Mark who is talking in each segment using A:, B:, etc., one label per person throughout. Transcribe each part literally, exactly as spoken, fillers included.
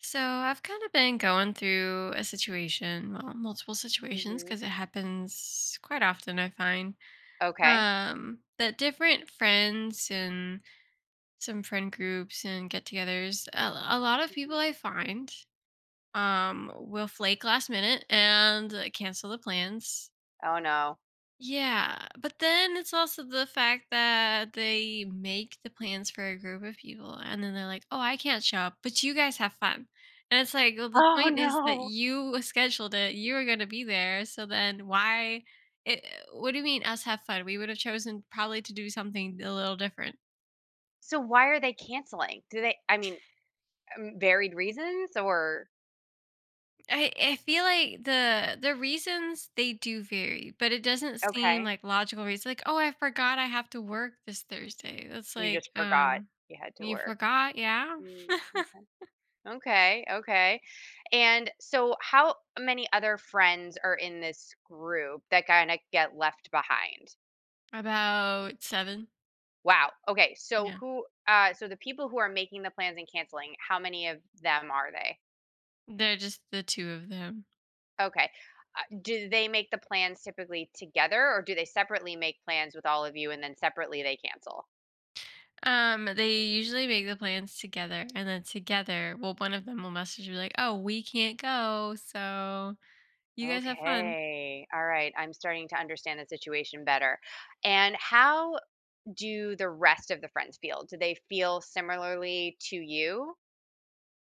A: So I've kind of been going through a situation, well, multiple situations
B: Mhm.
A: because it happens quite often I find.
B: Okay.
A: Um that different friends and some friend groups and get-togethers, a, a lot of
B: Mhm.
A: people I find um will flake last minute and uh, cancel the plans,
B: Oh, no.
A: yeah, but then it's also the fact that they make the plans for a group of people and then they're like, "Oh, I can't show up, but you guys have fun." And it's like, "Well, the
B: Oh,
A: point is that
B: no.
A: you scheduled it. You were gonna be there, so then why it, what do you mean us have fun? We would have chosen probably to do something a little different."
B: So why are they canceling? Do they I mean, um, Varied reasons or
A: I I feel like the the reasons they do vary, but it doesn't seem
B: okay,
A: like logical reasons. Like, oh, I forgot I have to work this Thursday. That's
B: you
A: like,
B: just forgot
A: um,
B: you had to
A: you
B: work.
A: forgot, yeah,
B: Mm. Okay. Okay, okay. And so how many other friends are in this group that kinda get left behind?
A: about seven.
B: Wow. Okay, so
A: Yeah,
B: who uh, so the people who are making the plans and canceling, how many of them are they?
A: they're just the two of them.
B: Okay. Uh, do they make the plans typically together, or do they separately make plans with all of you and then separately they cancel?
A: Um, they usually make the plans together, and then together, well, one of them will message you like, oh, we can't go, so you guys have fun.
B: Okay. All right. I'm starting to understand the situation better. And how do the rest of the friends feel? Do they feel similarly to you?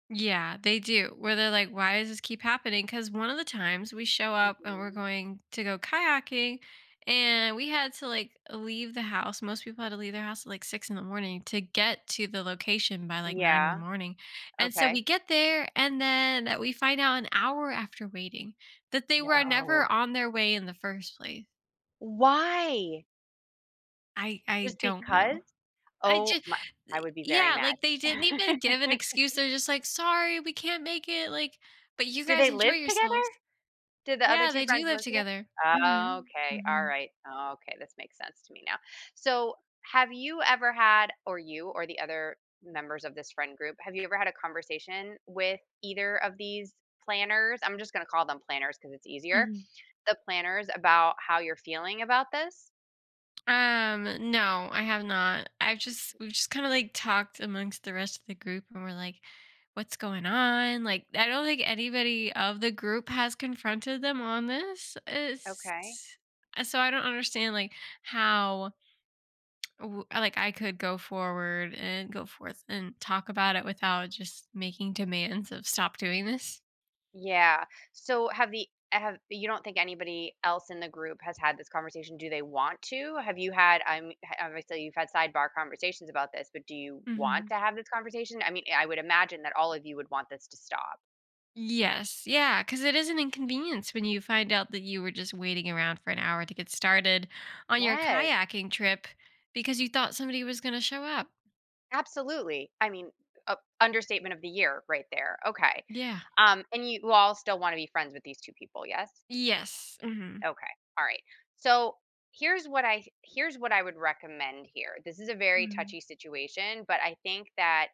A: Yeah, they do. Where they're like, why does this keep happening? Because one of the times we show up and we're
B: hmm
A: going to go kayaking and we had to like leave the house. Most people had to leave their house at like six in the morning to get to the location by like nine in the
B: Yeah.
A: morning. And so
B: Okay.
A: we get there and then that we find out an hour after waiting that they were
B: No.
A: never on their way in the first place.
B: Why?
A: I, I
B: Just
A: don't know.
B: because?
A: I
B: Oh
A: just
B: my, I would be very
A: yeah,
B: mad.
A: like, they didn't even give an excuse, they're just like, "Sorry, we can't make it," like, "But you
B: Do
A: guys
B: they
A: enjoy
B: live together?
A: yourselves."
B: Did the other
A: Yeah,
B: two
A: they do
B: friends
A: live
B: live together?
A: together. Mhm.
B: Okay,
A: Mhm.
B: alright. Okay, this makes sense to me now. So, have you ever had or you or the other members of this friend group, have you ever had a conversation with either of these planners? I'm just gonna call them planners because it's easier.
A: Mhm.
B: The planners, about how you're feeling about this?
A: Um, no, I have not. I've just We've just kinda, like, talked amongst the rest of the group, and we're like, "What's going on?" Like, I don't think anybody of the group has confronted them on this. It's
B: Okay.
A: uh, so I don't understand, like, how w- like I could go forward and go forth and talk about it without just making demands of stop doing this.
B: Yeah. So have the have you don't think anybody else in the group has had this conversation? Do they want to? Have you had I'm Obviously you've had sidebar conversations about this, but do you want
A: Hmm.
B: to have this conversation? I mean, I would imagine that all of you would want this to stop.
A: Yes, yeah, because it is an inconvenience when you find out that you were just waiting around for an hour to get started on your
B: Yes,
A: kayaking trip because you thought somebody was going to show up.
B: absolutely. I mean, a understatement of the year right there. Okay.
A: Yeah.
B: Um, and you all still want to be friends with these two people, yes?
A: Yes. Hmm.
B: Okay. All right. So here's what I here's what I would recommend here. This is a very
A: Hmm.
B: touchy situation, but I think that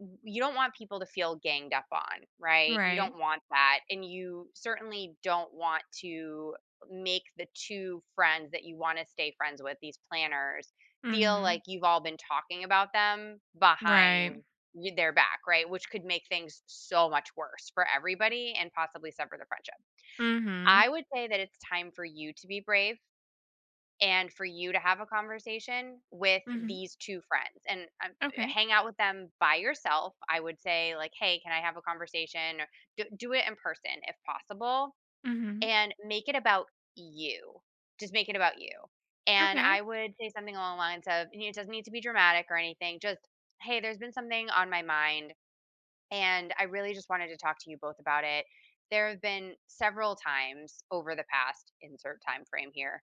B: w- you don't want people to feel ganged up on, right? You
A: Right.
B: don't want that. And you certainly don't want to make the two friends that you want to stay friends with, these planners, feel like
A: Hmm.
B: you've all been talking about them
A: Right.
B: behind y- their back, right? Which could make things so much worse for everybody and possibly sever the friendship. I
A: Hmm.
B: would say that it's time for you to be brave and for you to have a conversation with
A: Hmm.
B: these two friends and, um,
A: Okay.
B: hang out with them by yourself. I would say, like, "Hey, can I have a conversation?" Or do do it in person if possible,
A: Hmm.
B: and make it about you. Just make it about you. And
A: Okay.
B: I would say something along the lines of, and it doesn't need to be dramatic or anything, just, "Hey, there's been something on my mind and I really just wanted to talk to you both about it. There have been several times over the past insert time frame here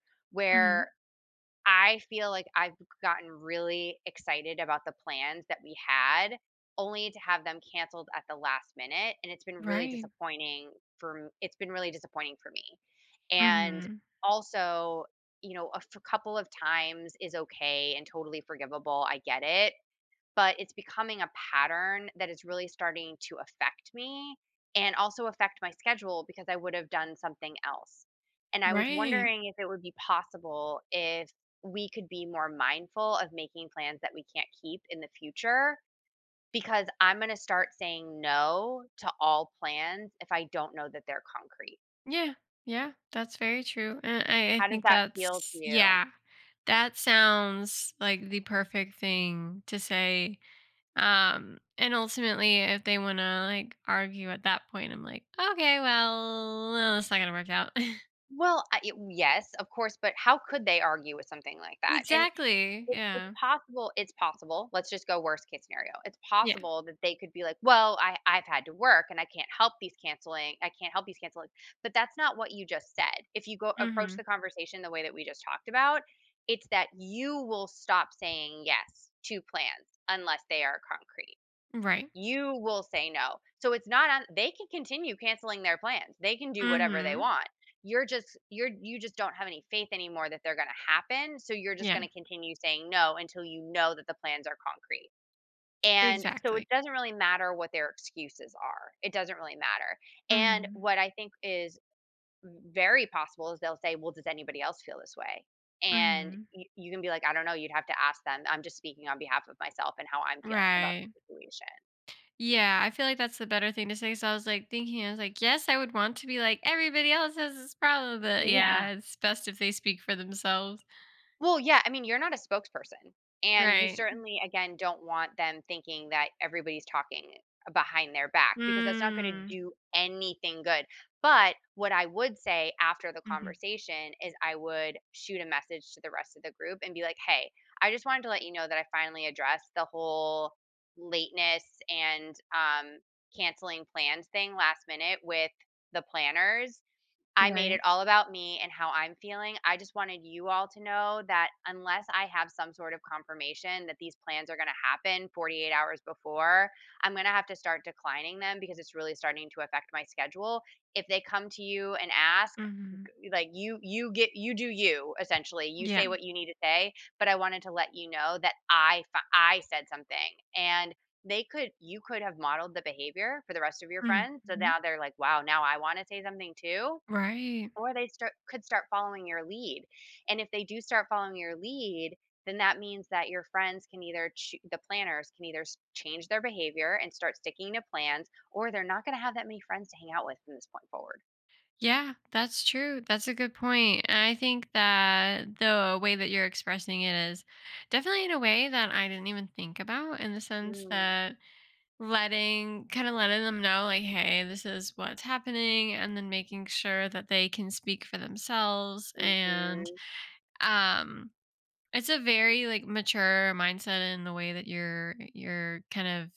A: Hmm.
B: where I feel like I've gotten really excited about the plans that we had only to have them canceled at the last minute, and it's been really
A: Right.
B: disappointing for m- it's been really disappointing for me. And
A: Hmm.
B: also, you know, a f- couple of times is okay and totally forgivable. I get it, but it's becoming a pattern that is really starting to affect me and also affect my schedule, because I would have done something else. And I was
A: Right.
B: wondering if it would be possible if we could be more mindful of making plans that we can't keep in the future, because I'm going to start saying no to all plans if I don't know that they're concrete.
A: Yeah, yeah, that's very true, and I I
B: How does
A: think
B: that feel to
A: that's
B: you?"
A: yeah, that sounds like the perfect thing to say, um, and ultimately, if they wanna, like, argue at that point, I'm like, "Okay, well, no, that's not gonna work out."
B: Well, I, it- yes, of course, but how could they argue with something like that? And
A: Exactly,
B: It's it's
A: yeah,
B: possible, it's possible. Let's just go worst case scenario. It's
A: yeah,
B: possible that they could be like, "Well, I I've had to work and I can't help these canceling I can't help these canceling." But that's not what you just said. If you go approach
A: mhm,
B: the conversation the way that we just talked about, it's that you will stop saying yes to plans unless they are concrete,
A: right,
B: you will say no. So it's not on They can continue canceling their plans. They can do whatever they
A: mhm,
B: want. You're just you're you just don't have any faith anymore that they're going to happen, so you're just going
A: yeah,
B: to continue saying no until you know that the plans are concrete. And so
A: exactly,
B: it doesn't really matter what their excuses are. It doesn't really matter. And
A: mhm,
B: what I think is very possible is they'll say, "Well, does anybody else feel this way?" And
A: mhm,
B: you, you can be like, "I don't know, you'd have to ask them. I'm just speaking on behalf of myself and how I'm feeling about the
A: right.
B: situation."
A: Yeah, I feel like that's the better thing to say. So I was like thinking, I was like, yes, I would want to be like everybody else has this problem, but
B: Yeah.
A: yeah, it's best if they speak for themselves.
B: Well, yeah, I mean, you're not a spokesperson, and you
A: Right.
B: certainly, again, don't want them thinking that everybody's talking behind their back, because that's not going to
A: Mm.
B: do anything good. But what I would say after the
A: Hmm.
B: conversation is I would shoot a message to the rest of the group and be like, "Hey, I just wanted to let you know that I finally addressed the whole lateness and um canceling plans thing last minute with the planners. I made it
A: Right.
B: all about me and how I'm feeling. I just wanted you all to know that unless I have some sort of confirmation that these plans are going to happen forty-eight hours before, I'm going to have to start declining them because it's really starting to affect my schedule. If they come to you and ask,
A: Hmm.
B: like you you get you do you essentially, you
A: Yeah.
B: say what you need to say, but I wanted to let you know that I fi- I said something." And they could you could have modeled the behavior for the rest of your friends, so
A: Mm-hmm.
B: now they're like, wow, now I want to say something too.
A: Right.
B: Or they start could start following your lead, and if they do start following your lead, then that means that your friends can either ch the planners can either s change their behavior and start sticking to plans, or they're not gonna have that many friends to hang out with from this point forward.
A: Yeah, that's true. That's a good point. And I think that the way that you're expressing it is definitely in a way that I didn't even think about in the sense
B: Mm,
A: that letting kind of letting them know like hey this is what's happening and then making sure that they can speak for themselves and
B: mhm,
A: um it's a very like mature mindset in the way that you're you're kind of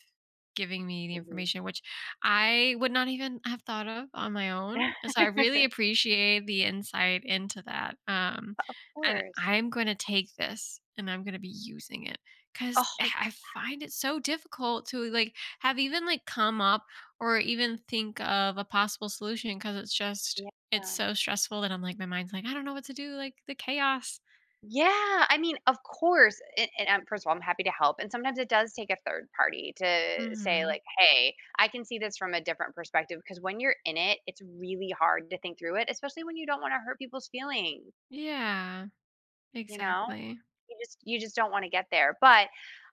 A: giving me the
B: mhm.
A: information, which I would not even have thought of on my own. And so I really appreciate the insight into that. Um,
B: Of
A: and
B: course.
A: I'm going to take this and I'm going to be using it because
B: Oh, I
A: I find it so difficult to like have even like come up or even think of a possible solution because it's just,
B: Yeah.
A: it's so stressful that I'm like, my mind's like, I don't know what to do. Like the chaos.
B: Yeah, I mean, of course, and and, um, first of all, I'm happy to help, and sometimes it does take a third party to say,
A: Hmm.
B: like, "Hey, I can see this from a different perspective." Because when you're in it, it's really hard to think through it, especially when you don't wanna hurt people's feelings,
A: Yeah,
B: you know?
A: exactly.
B: You just you just don't wanna get there, but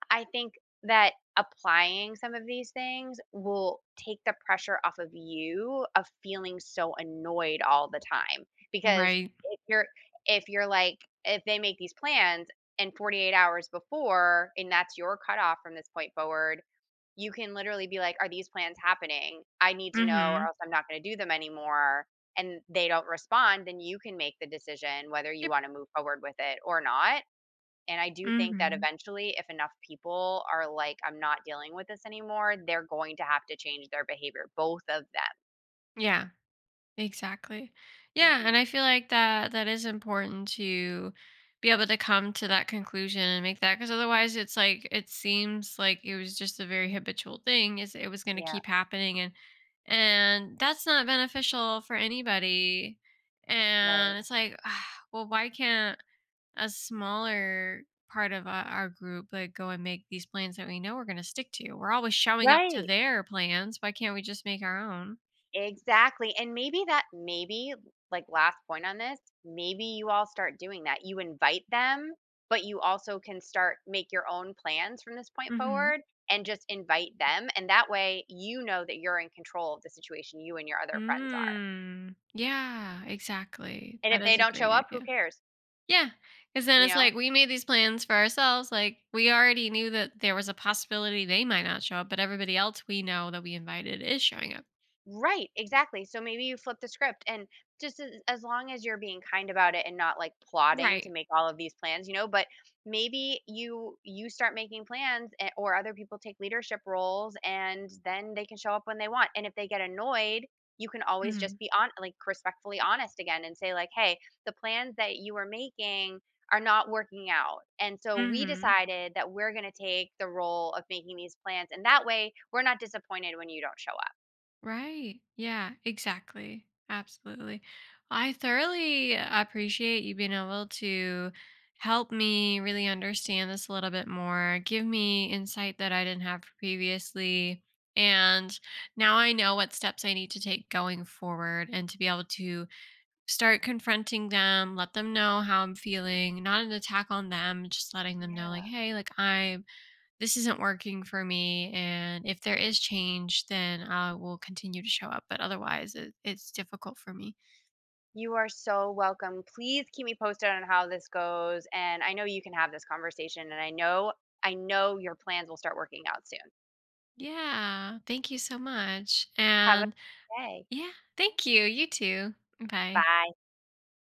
B: I think that applying some of these things will take the pressure off of you of feeling so annoyed all the time, because
A: Right.
B: if you're if you're like if they make these plans and forty-eight hours before and that's your cutoff from this point forward, you can literally be like, "Are these plans happening? I need to know, or
A: Mm-hmm.
B: else I'm not going to do them anymore." And they don't respond, then you can make the decision whether you
A: Yep.
B: want to move forward with it or not. And I do think that
A: Mm-hmm.
B: eventually, if enough people are like, I'm not dealing with this anymore, they're going to have to change their behavior, both of them.
A: Yeah, exactly. Yeah, and
B: Mhm.
A: I feel like that that is important to be able to come to that conclusion and make that because otherwise it's like it seems like it was just a very habitual thing is it was going to
B: Yeah,
A: keep happening and and that's not beneficial for anybody.
B: right.
A: And it's like, ah, well, why can't a smaller part of uh, our group like go and make these plans that we know we're going to stick to? We're always showing up to
B: Right.
A: their plans. Why can't we just make our own?
B: Exactly. And maybe that, maybe like last point on this, maybe you all start doing that. You invite them, but you also can start make your own plans from this point
A: Mhm.
B: forward and just invite them. And that way you know that you're in control of the situation, you and your other friends are.
A: Mm. Yeah, exactly.
B: And if
A: That
B: they
A: is a
B: don't show
A: great
B: up, who
A: idea.
B: cares?
A: Yeah, because then
B: You
A: it's
B: know?
A: like we made these plans for ourselves, like, we already knew that there was a possibility they might not show up, but everybody else we know that we invited is showing up.
B: Right, exactly. So maybe you flip the script and just as, as long as you're being kind about it and not like plotting to
A: Right.
B: make all of these plans, you know, but maybe you you start making plans a- or other people take leadership roles and then they can show up when they want. And if they get annoyed, you can always just
A: Mhm.
B: be on like respectfully honest again and say like, "Hey, the plans that you were making are not working out. And so we
A: Mhm.
B: decided that we're going to take the role of making these plans, and that way we're not disappointed when you don't show up."
A: Right. Yeah, exactly. Absolutely. I thoroughly appreciate you being able to help me really understand this a little bit more, give me insight that I didn't have previously. And now I know what steps I need to take going forward and to be able to start confronting them, let them know how I'm feeling, not an attack on them, just letting them know,
B: Yeah.
A: like, hey, like, I this isn't working for me and if there is change then I will continue to show up but otherwise it, it's difficult for me.
B: You are so welcome. Please keep me posted on how this goes, and I know you can have this conversation, and I know I know your plans will start working out soon.
A: Yeah, thank you so much.
B: Have a
A: And
B: good day.
A: yeah, thank you, you too. Bye.
B: Bye.